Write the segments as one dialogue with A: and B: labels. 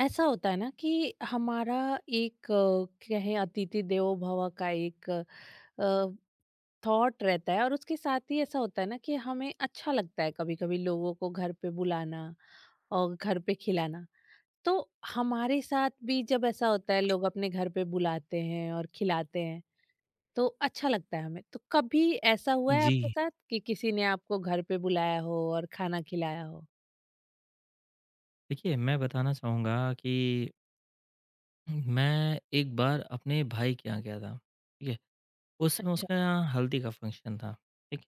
A: ऐसा होता है ना कि हमारा एक कहें अतिथि देवो भव का एक थॉट रहता है। और उसके साथ ही ऐसा होता है ना कि हमें अच्छा लगता है कभी कभी लोगों को घर पे बुलाना और घर पे खिलाना। तो हमारे साथ भी जब ऐसा होता है, लोग अपने घर पे बुलाते हैं और खिलाते हैं तो अच्छा लगता है हमें। तो कभी ऐसा हुआ है
B: जी,
A: आपके साथ कि किसी ने आपको घर पे बुलाया हो और खाना खिलाया हो?
B: देखिए मैं बताना चाहूँगा कि मैं एक बार अपने भाई के यहाँ गया था, ठीक है? उस समय
A: अच्छा।
B: उसके यहाँ हल्दी का फंक्शन था, ठीक?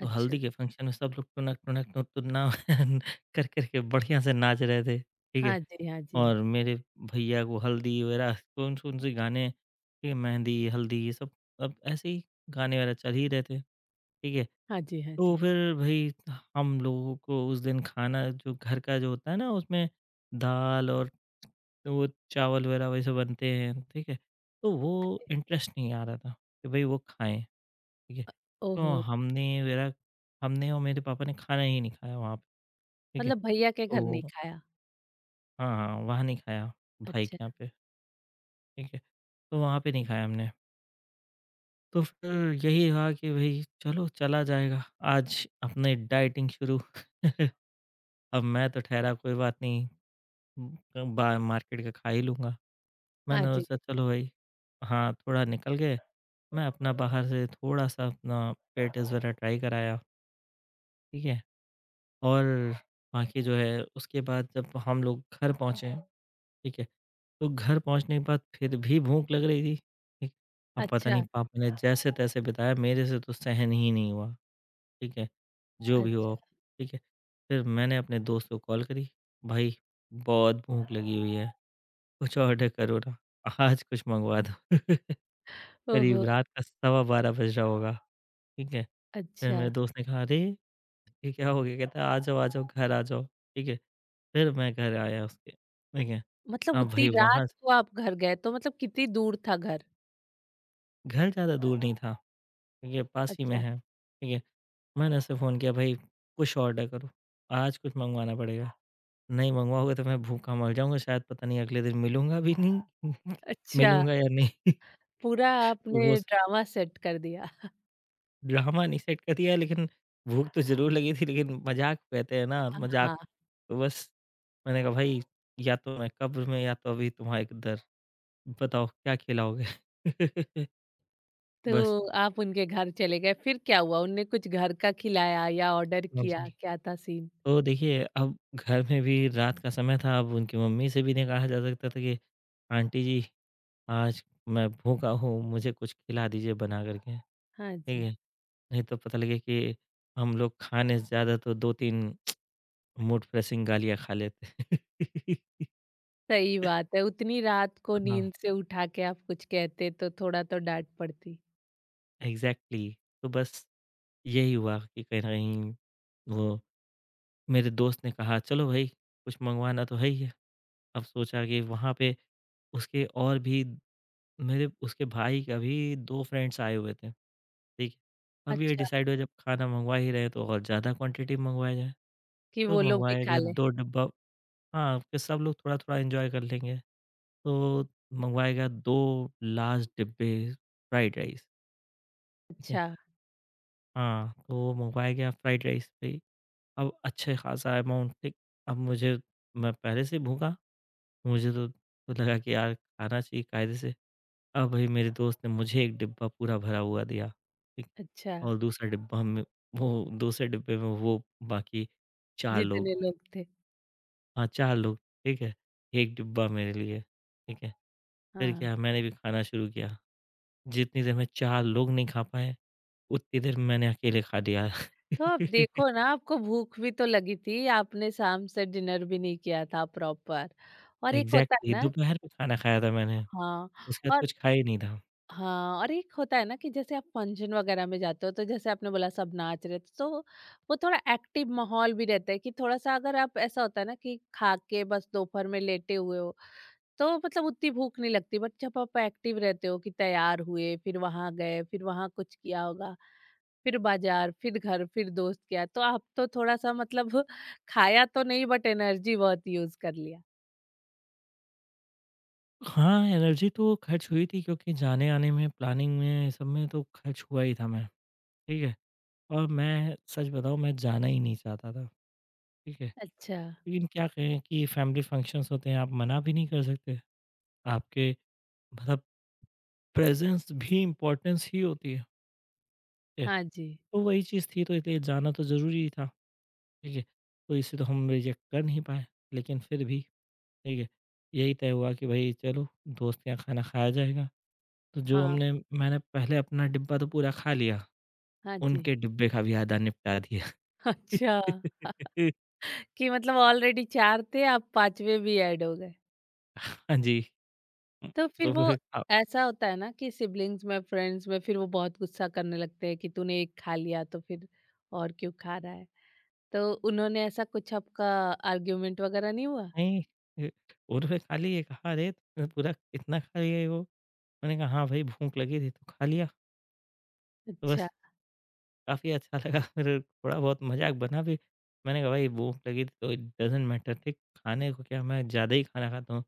B: तो हल्दी के फंक्शन में सब लोग टुनक, टुनक, टुन टुना कर कर के बढ़िया से नाच रहे थे, ठीक है?
A: हाँ जी, हाँ जी।
B: और मेरे भैया को हल्दी वगैरह कौन-कौन से गाने, ठीक है? मेहंदी, हल्दी ये सब अब ऐसे ही गाने वगैरह चल ही रहे थे, ठीक है?
A: हाँ जी, हाँ
B: तो
A: जी।
B: फिर भई हम लोगों को उस दिन खाना जो घर का जो होता है ना उसमें दाल और तो वो चावल वगैरह वैसे बनते हैं, ठीक है? तो वो इंटरेस्ट नहीं आ रहा था कि भई वो खाएँ, ठीक है? तो
A: ओहो!
B: हमने और मेरे पापा ने खाना ही नहीं खाया वहाँ पे, ठीक है?
A: मतलब भैया के घर नहीं
B: तो
A: खाया?
B: हाँ, हाँ, वहाँ नहीं खाया भाई के
A: अच्छा,
B: यहाँ पे, ठीक है? तो वहाँ पे नहीं खाया हमने। तो फिर यही रहा कि भई चलो चला जाएगा, आज अपने डाइटिंग शुरू। अब मैं तो ठहरा कोई बात नहीं, उम, क बा मार्केट का खा ही लूँगा।
A: हाँ
B: मैंने
A: जी।
B: सोचा चलो भाई हाँ थोड़ा निकल गए मैं अपना बाहर से थोड़ा सा अपना पेटिस वगैरह ट्राई कराया, ठीक है। और बाकी जो है उसके बाद जब हम लोग घर पहुँचे, ठीक है। तो घर पहुँचने के बाद फिर भी भूख लग रही थी, ठीक। अब पता नहीं
A: अच्छा,
B: पापा ने जैसे तैसे बिताया मेरे से तो सहन ही नहीं हुआ, ठीक है। जो भी हुआ,
A: अच्छा।
B: ठीक है। फिर मैंने अपने दोस्त को कॉल करी, भाई बहुत भूख लगी हुई है, कुछ ऑर्डर करो ना, आज कुछ मंगवा दो। करीब
A: ओहो!
B: रात का सवा 12 बज रहा होगा, ठीक है? फिर
A: अच्छा।
B: मेरे दोस्त ने कहा, "अरे! ये क्या हो गया?" कहता है, आ जाओ, घर आ जाओ।" ठीक है? फिर मैं घर आया उसके, ठीक है?
A: मतलब
B: अब
A: उतनी
B: भाई
A: रात
B: वहाँ से
A: को आप घर गए, तो मतलब कितनी दूर था घर?
B: घर ज़्यादा दूर नहीं था, ठीक है? पास ही में
A: अच्छा,
B: है, ठीक है? मैंने उससे फ़ोन किया, "भाई कुछ ऑर्डर करो, आज कुछ मँगवाना पड़ेगा। नहीं मँगवाओगे तो मैं भूखा मर जाऊँगा शायद, पता नहीं अगले दिन मिलूँगा भी नहीं,
A: अच्छा।
B: मिलूँगा या नहीं।"
A: पूरा
B: वो
A: आपने ड्रामा सेट कर दिया।
B: ड्रामा नहीं सेट कर दिया लेकिन भूख तो ज़रूर लगी थी, लेकिन मज़ाक कहते हैं ना
A: हाँ,
B: मज़ाक।
A: हाँ।
B: तो बस मैंने कहा भाई या तो मैं कब्र में या तो अभी तुम्हारे दर, बताओ क्या खिलाओगे? बस।
A: तो आप उनके घर चले गए, फिर क्या हुआ? उनने कुछ घर का खिलाया या ऑर्डर
B: हाँ
A: किया?
B: जी।
A: क्या था सीन?
B: तो देखिए अब घर में भी रात का समय था, अब उनकी मम्मी से भी नहीं कहा जा सकता था कि आंटी जी आज मैं भूखा हूँ, मुझे कुछ खिला दीजिए बना कर के,
A: हाँ
B: ठीक
A: जी।
B: है? नहीं तो पता लगे कि हम लोग खाने से ज़्यादा तो 2-3 मूड फ्रेशिंग गालियाँ खा लेते।
A: सही बात है, उतनी रात को
B: हाँ,
A: नींद से उठा के आप कुछ कहते तो थोड़ा तो डाँट पड़ती।
B: एग्ज़ैक्टली। तो बस यही हुआ कि कहीं न कहीं वो मेरे दोस्त ने कहा चलो भई कुछ मँगवाना तो है ही है। अब सोचा कि वहाँ पे उसके और भी मेरे उसके भाई का भी 2 फ्रेंड्स आए हुए थे, ठीक है। अब ये
A: अच्छा,
B: डिसाइड हुआ जब खाना मँगवा ही रहे हैं तो और ज़्यादा क्वांटिटी में मँगवाया जाए।
A: कि
B: तो
A: वो लोग भी
B: मँगवाया
A: खा
B: गया
A: लें।
B: 2 डब्बा, हाँ, कि सब लोग थोड़ा-थोड़ा एन्जॉय कर लेंगे। तो मँगवाया गया 2 लार्ज डिब्बे फ्राइड राइस, ठीक है।
A: अच्छा।
B: हाँ, तो मंगवाया गया फ्राइड राइस भी। अब अच्छे ख़ासा अमाउंट, ठीक। अब मुझे मैं पहले से ही भूखा, मुझे तो लगा कि यार खाना चाहिए कायदे से। अब भाई मेरे दोस्त ने मुझे 1 डिब्बा पूरा भरा हुआ दिया, ठीक?
A: अच्छा,
B: और दूसरा डिब्बा में वो दूसरे डिब्बे में वो बाकी 4 लोग,
A: जितने लोग थे।
B: हाँ, 4 लोग, ठीक है? 1 डिब्बा मेरे लिए, ठीक है? फिर
A: हाँ।
B: क्या मैंने भी खाना शुरू किया, जितनी देर में 4 लोग नहीं खा पाए, उतनी देर में मैंने अकेले खा लिया।
A: तो आप देखो ना, आपको भूख भी तो लगी थी, आपने शाम से डिनर भी नहीं किया था प्रॉपर। और एक होता है
B: एग्ज़ैक्टली
A: ना
B: दोपहर में खाना खाया था मैंने,
A: हाँ।
B: उसके बाद
A: और
B: कुछ खाया ही नहीं था।
A: हाँ, और एक होता है ना कि जैसे आप फंक्शन वगैरह में जाते हो, तो जैसे आपने बोला सब नाच रहे थे, तो वो थोड़ा एक्टिव माहौल भी रहता है। कि थोड़ा-सा, अगर आप, ऐसा होता है ना कि खा के बस दोपहर में लेटे हुए हो, तो मतलब उतनी भूख नहीं लगती, बट जब आप एक्टिव रहते हो कि तैयार हुए, फिर वहां गए, फिर वहां कुछ किया होगा, फिर बाजार, फिर घर, फिर दोस्त किया, तो आप तो थोड़ा सा मतलब खाया तो नहीं, बट एनर्जी बहुत यूज कर लिया।
B: हाँ, एनर्जी तो खर्च हुई थी क्योंकि जाने-आने में, प्लानिंग में, सब में तो खर्च हुआ ही था मैं, ठीक है? और मैं सच बताऊँ मैं जाना ही नहीं चाहता था, ठीक है?
A: अच्छा।
B: लेकिन क्या कहें कि फैमिली फंक्शंस होते हैं, आप मना भी नहीं कर सकते, आपके मतलब प्रेज़ेंस भी इम्पोर्टेंस ही होती है, ठीक है?
A: हाँ जी।
B: तो वही चीज़ थी तो इसलिए जाना तो ज़रूरी ही था, ठीक है? तो इसे तो हम रिजेक्ट कर नहीं पाए, लेकिन फिर भी ठीक है। यही तय हुआ कि भई चलो दोस्त के यहाँ खाना खाया जाएगा। तो जो
A: हाँ।
B: हमने मैंने पहले अपना डिब्बा तो पूरा खा लिया,
A: हाँ जी।
B: उनके डिब्बे का भी आधा निपटा दिया।
A: अच्छा, कि मतलब ऑलरेडी चार थे, आप पांचवे भी ऐड हो गए।
B: हाँ जी।
A: तो फिर
B: तो
A: वो,
B: फिर खा
A: ऐसा होता है ना कि सिबलिंग्स में, फ्रेंड्स में फिर वो बहुत गुस्सा करने लगते हैं कि तूने एक खा लिया तो फिर और क्यों खा रहा है। तो उन्होंने ऐसा कुछ आपका आर्ग्यूमेंट वगैरह नहीं हुआ?
B: नहीं अ, उन्होंने खा लिए, कहा अरे! तूने पूरा इतना खा लिया है वो? मैंने कहा हाँ भाई भूख लगी थी तो खा लिया, तो
A: अच्छा,
B: बस। काफ़ी अच्छा लगा फिर थोड़ा बहुत मज़ाक बना भी। मैंने कहा भाई भूख लगी थी तो इट डज़न्ट मैटर, ठीक। खाने को क्या मैं ज़्यादा ही खाना खाता हूँ।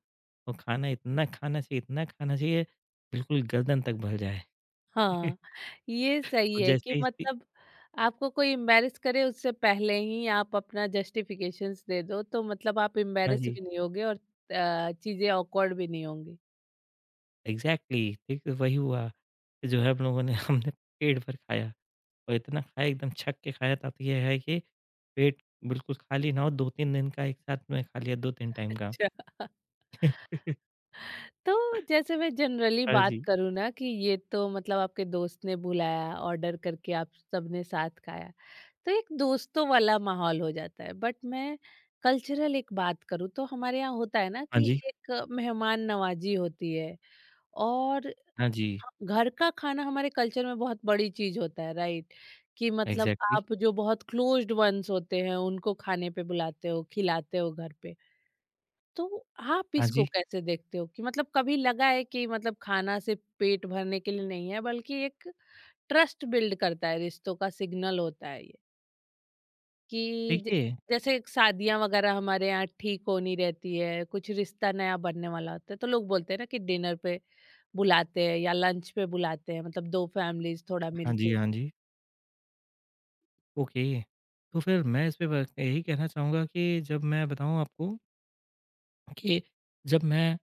B: और खाना इतना खाना चाहिए बिल्कुल गर्दन तक भर जाए।
A: हाँ। ये सही
B: और
A: है कि
B: जैसे ही सी-
A: मतलब, आपको कोई एम्बैरेस करे उससे पहले ही आप अपना जस्टिफिकेशंस दे दो, तो मतलब आप
B: हाँ
A: एम्बैरेस
B: जी,
A: भी नहीं होगे और चीज़ें ऑकवर्ड भी नहीं होंगी।
B: एग्ज़ैक्टली ठीक तो वही हुआ। कि जो है हम लोगों ने हमने पेट भर खाया और इतना खाया एकदम छक के खाया था तो ये है कि पेट बिल्कुल खाली ना हो 2-3 दिन का एक साथ में खा लिया 2-3 टाइम का।
A: अच्छा। तो जैसे मैं जनरली
B: हाँ
A: बात
B: जी।
A: करूँ ना, कि ये तो मतलब आपके दोस्त ने बुलाया, ऑर्डर करके आप सबने साथ खाया, तो एक दोस्तों वाला माहौल हो जाता है। बट मैं कल्चरल एक बात करूँ तो हमारे यहाँ होता है ना
B: हाँ
A: कि
B: जी।
A: एक मेहमान नवाजी होती है। और
B: हाँ जी।
A: ह- घर का खाना हमारे कल्चर में बहुत बड़ी चीज होता है, राइट? कि मतलब
B: एग्ज़ैक्टली
A: आप जो बहुत क्लोज्ड वंस होते हैं उनको खाने पे बुलाते हो, खिलाते हो घर पे। तो आप
B: हाँ
A: इसको
B: जी।
A: कैसे देखते हो कि मतलब कभी लगा है कि मतलब खाना सिर्फ पेट भरने के लिए नहीं है, बल्कि एक ट्रस्ट बिल्ड करता है, रिश्तों का सिग्नल होता है ये? कि
B: देखिए
A: जैसे शादियां वगैरह हमारे यहाँ ठीक होनी रहती है, कुछ रिश्ता नया बनने वाला होता है, तो लोग बोलते हैं ना कि डिनर पे बुलाते हैं या लंच पे बुलाते हैं, मतलब दो फैमिलीज थोड़ा
B: हाँ
A: मिलते
B: जी,
A: हैं।
B: हाँ जी। ओके। तो फिर मैं इस पे ब यही कहना चाहूँगा कि जब मैं बताऊँ आपको कि जब मैं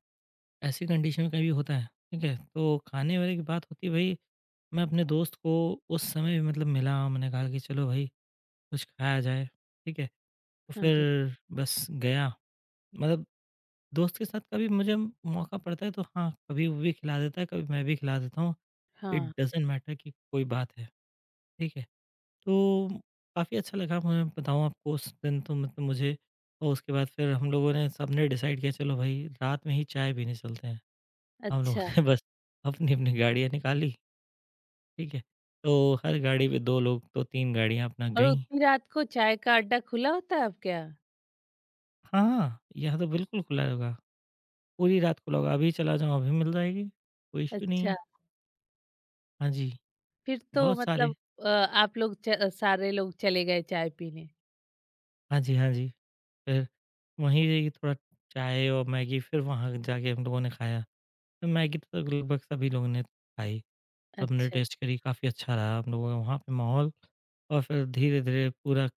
B: ऐसी कंडीशन में कभी होता है, ठीक है? तो खाने-वाने की बात होती है भई, मैं अपने दोस्त को उस समय भी मतलब मिला, मैंने कहा कि चलो भई कुछ खाया जाए, ठीक है? तो
A: हाँ जी।
B: फिर बस गया, मतलब दोस्त के साथ कभी मुझे मौका पड़ता है तो हाँ, कभी वो भी खिला देता है, कभी मैं भी खिला देता हूँ। इट
A: हाँ।
B: डज़न्ट मैटर कि कोई बात है, ठीक है? तो काफ़ी अच्छा लगा मैं बताऊँ आपको उस दिन तो मतलब मुझे और उसके बाद फिर हम लोगों ने सबने डिसाइड किया चलो भाई रात में ही चाय पीने चलते हैं। हम लोगों
A: अच्छा।
B: ने बस अपनी-अपनी गाड़ियाँ निकाली, ठीक है? तो हर गाड़ी पे 2 लोग, तो 3 गाड़ियाँ अपना
A: और
B: गईं।
A: उतनी रात को चाय का अड्डा खुला होता है आपके यहाँ?
B: हाँ, यहाँ तो बिल्कुल खुला होगा, पूरी रात खुला होगा, अभी चला जाओ अभी मिल जाएगी, कोई इश्यू नहीं
A: अच्छा।
B: है। हाँ जी,
A: फिर तो
B: बहुत सारे
A: मतलब आप लोग च सारे लोग चले गए चाय पीने।
B: हाँ जी, हाँ जी। फिर वहीं से थोड़ा चाय और मैगी फिर वहाँ जाके हम लोगों ने खाया। तो मैगी तो लगभग सभी लोगों ने खाई। सबने
A: अच्छा,
B: टेस्ट करी, काफ़ी अच्छा रहा हम लोगों का वहाँ पे माहौल। और फिर धीरे-धीरे पूरा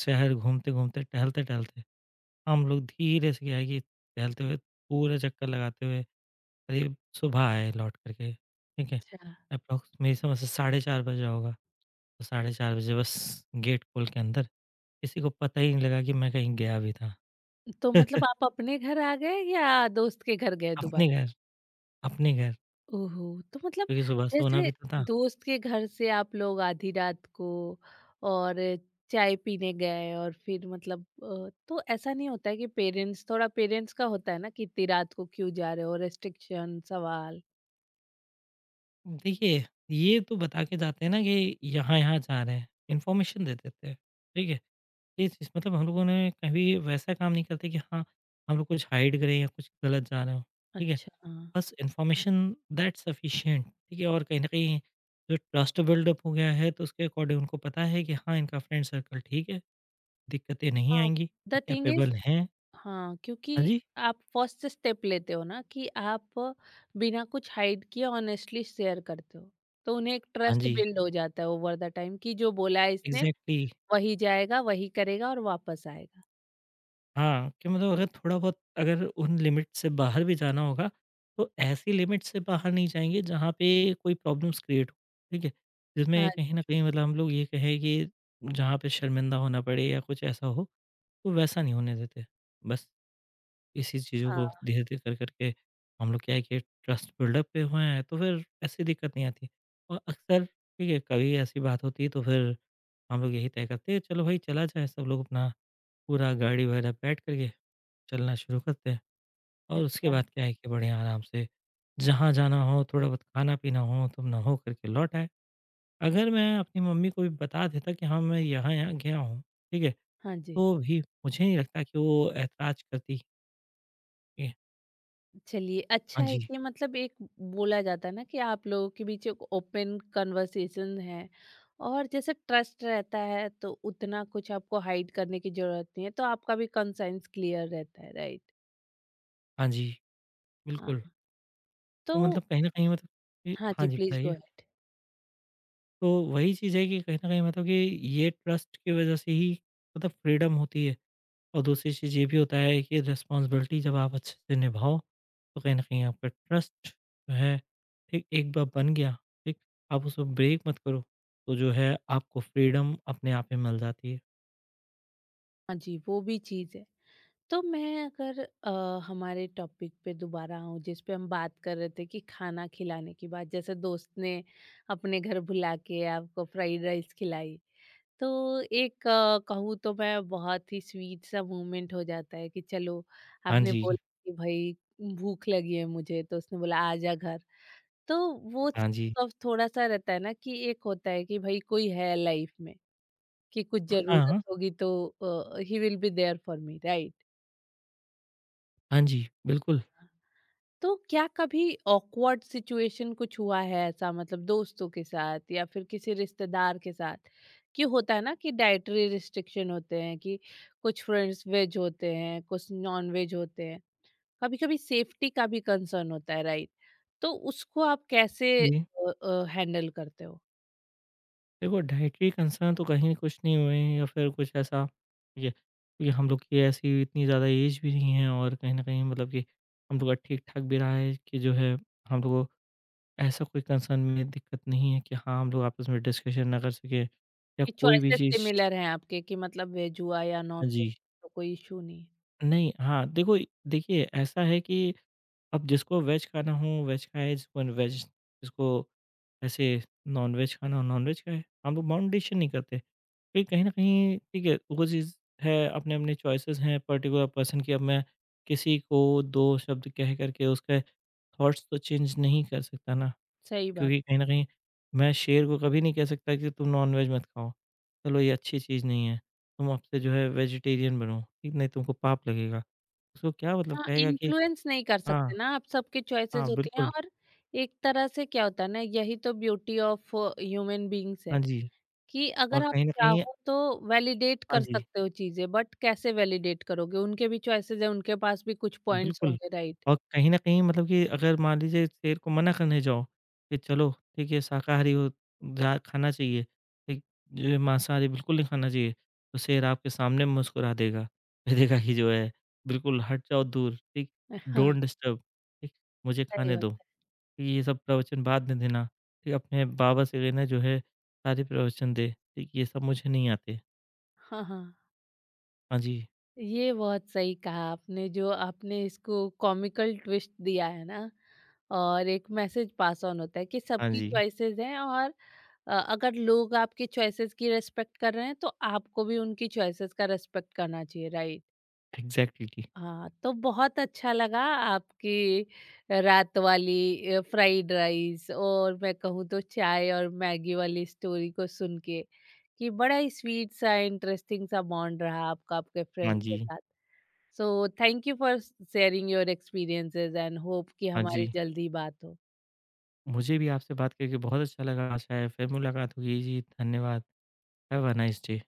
B: शहर घूमते-घूमते, टहलते-टहलते हम लोग धीरे से क्या है कि टहलते हुए पूरा चक्कर लगाते हुए करीब सुबह आए लौट कर के, ठीक है?
A: अच्छा।
B: एप्रोक्स मेरी समझ से साढ़े 4 बज रहा होगा। तो साढ़े 4 बजे बस गेट खोल के अंदर किसी को पता ही नहीं लगा कि मैं कहीं गया भी था।
A: तो मतलब आप अपने घर आ गए या दोस्त के घर गए
B: अपने
A: दोबारा?
B: घर अपने घर,
A: ओहो! तो मतलब
B: क्योंकि सुबह सोना
A: जैसे
B: भी तो था।
A: दोस्त के घर से आप लोग आधी रात को और चाय पीने गए, और फिर मतलब तो ऐसा नहीं होता है कि पेरेंट्स का होता है ना कि इतनी रात को क्यों जा रहे हो? रिस्ट्रिक्शन, सवाल।
B: देखिए, ये तो बता के जाते हैं ना कि यहाँ-यहाँ जा रहे हैं, इन्फॉर्मेशन दे देते हैं, ठीक है? ये चीज़ मतलब हम लोगों ने कभी वैसा काम नहीं करते कि हाँ, हम लोग कुछ हाइड करें या कुछ गलत जा रहे हों, ठीक है?
A: अच्छा।
B: बस इन्फॉर्मेशन दैट्स सफिशिएंट, ठीक है? और कहीं न कहीं जो ट्रस्ट बिल्डअप हो गया है, तो उसके अकॉर्डिंग उनको पता है कि हाँ, इनका फ्रेंड सर्कल ठीक है, दिक्कतें नहीं
A: हाँ,
B: आएँगी और
A: द थिंग इज़।
B: कैपेबल हैं।
A: हाँ,
B: हाँ
A: क्योंकि
B: जी,
A: आप फर्स्ट स्टेप लेते हो ना कि आप बिना कुछ हाइड किए ऑनेस्टली शेयर करते हो। तो उन्हें एक
B: हाँ
A: ट्रस्ट
B: जी,
A: बिल्ड हो जाता है ओवर द टाइम कि जो बोला है इसने,
B: एग्ज़ैक्टली।
A: वही जाएगा, वही करेगा और वापस आएगा।
B: हाँ, कि मतलब अगर थोड़ा बहुत अगर उन लिमिट से बाहर भी जाना होगा, तो ऐसी लिमिट से बाहर नहीं जाएँगे जहाँ पे कोई प्रॉब्लम्स क्रिएट हो, ठीक है?
A: हाँ,
B: जिसमें कहीं न कहीं मतलब हम लोग ये कहें कि जहाँ पे शर्मिंदा होना पड़े या कुछ ऐसा हो, तो वैसा नहीं होने देते। बस इसी चीज़ों को
A: हाँ।
B: धीरे-धीरे कर करके हम लोग क्या है कि ट्रस्ट बिल्डअप पे हुए हैं, तो फिर ऐसी दिक्कत नहीं आती। और अक्सर ठीक है, कभी ऐसी बात होती है तो फिर हम लोग यही तय करते हैं, चलो भाई चला जाए सब लोग अपना पूरा गाड़ी वगैरह बैठ कर के चलना शुरू करते हैं और उसके
A: अच्छा,
B: बाद क्या है कि बढ़िया आराम से जहाँ जाना हो थोड़ा बहुत खाना पीना हो तुम नहा करके लौट आए। अगर मैं अपनी मम्मी को भी बता देता कि हाँ मैं यहाँ-यहाँ गया हूँ, ठीक है?
A: हाँ जी।
B: तो भी मुझे नहीं लगता कि वो ऐतराज़ करती कि
A: चलिए,
B: हाँ
A: अच्छा है
B: जी,
A: कि मतलब एक बोला जाता है ना कि आप लोगों के बीच एक ओपन कन्वर्सेशन है। और जैसे ट्रस्ट रहता है तो उतना कुछ आपको हाइड करने की ज़रूरत नहीं है, तो आपका भी कंसर्न्स क्लियर रहता है, राइट?
B: हाँ जी, बिल्कुल।
A: हाँ।
B: तो मतलब
A: तो
B: कहीं न कहीं मतलब कि
A: हाँ
B: हाँ
A: जी,
B: जी,
A: प्लीज़ गो
B: बताइए?
A: अहेड।
B: तो वही चीज़ है कि कहीं न कहीं मतलब कि ये ट्रस्ट की वज़ह से ही मतलब फ्रीडम होती है। और दूसरी चीज़ ये भी होता है कि रिस्पॉन्सिबिलिटी जब आप अच्छे से निभाओ तो कहीं न कहीं आपका ट्रस्ट जो है ठीक एक बार बन गया, ठीक? आप उसको ब्रेक मत करो, तो जो है आपको फ्रीडम अपने आप ही मिल जाती है।
A: हाँ जी, वो भी चीज़ है। तो मैं अगर अ, हमारे टॉपिक पे दोबारा आऊँ, जिस पे हम बात कर रहे थे, कि खाना खिलाने की बात, जैसे दोस्त ने अपने घर बुला के आपको फ्राइड राइस खिलाई। तो एक कहूँ तो मैं, बहुत ही स्वीट सा मोमेंट हो जाता है कि चलो,
B: हाँ
A: आपने बोला
B: जी,
A: कि भाई भूख लगी है मुझे, तो उसने बोला आ जा घर। तो वो
B: हाँ जी।
A: सब थोड़ा-सा रहता है ना कि एक होता है कि भाई कोई है लाइफ़ में। कि कुछ ज़रूरत
B: हाँ,
A: होगी तो ही will be there for me, right?
B: हाँ जी, बिल्कुल।
A: तो क्या कभी ऑकवर्ड सिचुएशन कुछ हुआ है, ऐसा मतलब दोस्तों के साथ या फिर किसी रिश्तेदार के साथ, कि होता है ना कि डाइटरी रिस्ट्रिक्शन होते हैं, कि कुछ फ्रेंड्स वेज होते हैं, कुछ नॉन वेज होते हैं, कभी कभी सेफ्टी का भी कंसर्न होता है, राइट? तो उसको आप कैसे
B: जी,
A: हैंडल करते हो?
B: देखो डाइटरी कंसर्न तो कहीं कुछ नहीं हुए हैं या फिर कुछ ऐसा ये ये हम लोग की ऐसी इतनी ज़्यादा एज भी नहीं है और कहीं न कहीं मतलब कि हम लोग का ठीक-ठाक भी रहा है कि जो है हम लोगों ऐसा कोई कंसर्न में दिक्कत नहीं है कि हाँ, हम लोग आपस में डिस्कशन ना कर सकें या
A: कि
B: कोई भी
A: चॉइसेस
B: चीज़।
A: सिमिलर हैं आपके कि मतलब वेज हुआ या नॉन
B: जी।
A: वेज, तो कोई इशू नहीं है।
B: नहीं, हाँ, देखो देखिए ऐसा है कि अब जिसको वेज खाना हो वेज खाए, जिसको वेज जिसको ऐसे नॉन-वेज खाना हो नॉन-वेज खाए। हम लोग बाउंडेशन नहीं करते। फिर कहीं न कहीं ठीक है, वो चीज़ है अपने-अपने चॉइसेस हैं पर्टिकुलर पर्सन की। अब मैं किसी को 2 शब्द कह कर के उसके थॉट्स तो चेंज नहीं कर सकता ना।
A: सही बात।
B: क्योंकि कहीं न कहीं मैं शेर को कभी नहीं कह सकता कि तुम नॉन-वेज मत खाओ। चलो ये अच्छी चीज़ नहीं है। तुम अब से जो है वेजिटेरियन बनो, ठीक? नहीं तुमको पाप लगेगा। उसको क्या मतलब
A: हाँ,
B: कहेगा कि
A: इन्फ्लुएंस नहीं कर
B: हाँ,
A: सकते ना आप, सबकी
B: हाँ
A: चॉइसेस होती हैं।
B: बिल्कुल।
A: और एक तरह से क्या होता है ना, यही तो ब्यूटी ऑफ ह्यूमन बीइंग्स
B: हाँ
A: है
B: जी।
A: कि
B: और
A: अगर आप
B: कहीं न कहीं
A: चाहो तो वैलिडेट
B: हाँ
A: कर
B: जी।
A: सकते हो चीज़ें, बट कैसे वैलिडेट करोगे? उनके भी चॉइसेस हैं, उनके पास भी कुछ पॉइंट्स
B: बिल्कुल,
A: होंगे, राइट?
B: और कहीं न कहीं मतलब कि अगर मान लीजिए शेर को मना करने जाओ, कि चलो ठीक है शाकाहारी हो जा खाना चाहिए, ठीक ये मांसाहारी बिल्कुल नहीं खाना चाहिए, तो शेर आपके सामने मुस्कुरा देगा। कह देगा कि जो है बिल्कुल हट जाओ दूर, ठीक?
A: हाँ,
B: डोंट डिस्टर्ब, ठीक? मुझे
A: सही
B: खाने
A: बात
B: दो,
A: है।
B: ठीक, ये सब प्रवचन बाद में देना, ठीक? अपने बाबा से कहना जो है सारे प्रवचन दे, ठीक? ये सब मुझे नहीं आते।
A: हाँ, हाँ,
B: हाँ जी,
A: ये बहुत सही कहा आपने, जो आपने इसको कॉमिकल ट्विस्ट दिया है ना। और एक मैसेज पास ऑन होता है कि
B: हाँ
A: सबकी
B: जी,
A: चॉइसेस हैं। और अगर लोग आपकी चॉइसेस की रिस्पेक्ट कर रहे हैं तो आपको भी उनकी चॉइसेस का रिस्पेक्ट करना चाहिए, राइट?
B: एग्ज़ैक्टली,
A: हाँ। तो बहुत अच्छा लगा आपकी रात वाली फ्राइड राइस और मैं कहूँ तो चाय और मैगी वाली स्टोरी को सुन के, कि बड़ा ही स्वीट सा, इंटरेस्टिंग सा बॉन्ड रहा आपका आपके
B: हाँ
A: फ्रेंड के
B: जी,
A: साथ। So thank you for sharing your experiences, and hope कि
B: हाँ
A: हमारी
B: जी।
A: जल्दी बात हो।
B: मुझे भी आपसे बात करके बहुत अच्छा लगा। आशा है फिर मुलाकात होगी जी। धन्यवाद। Have a nice day.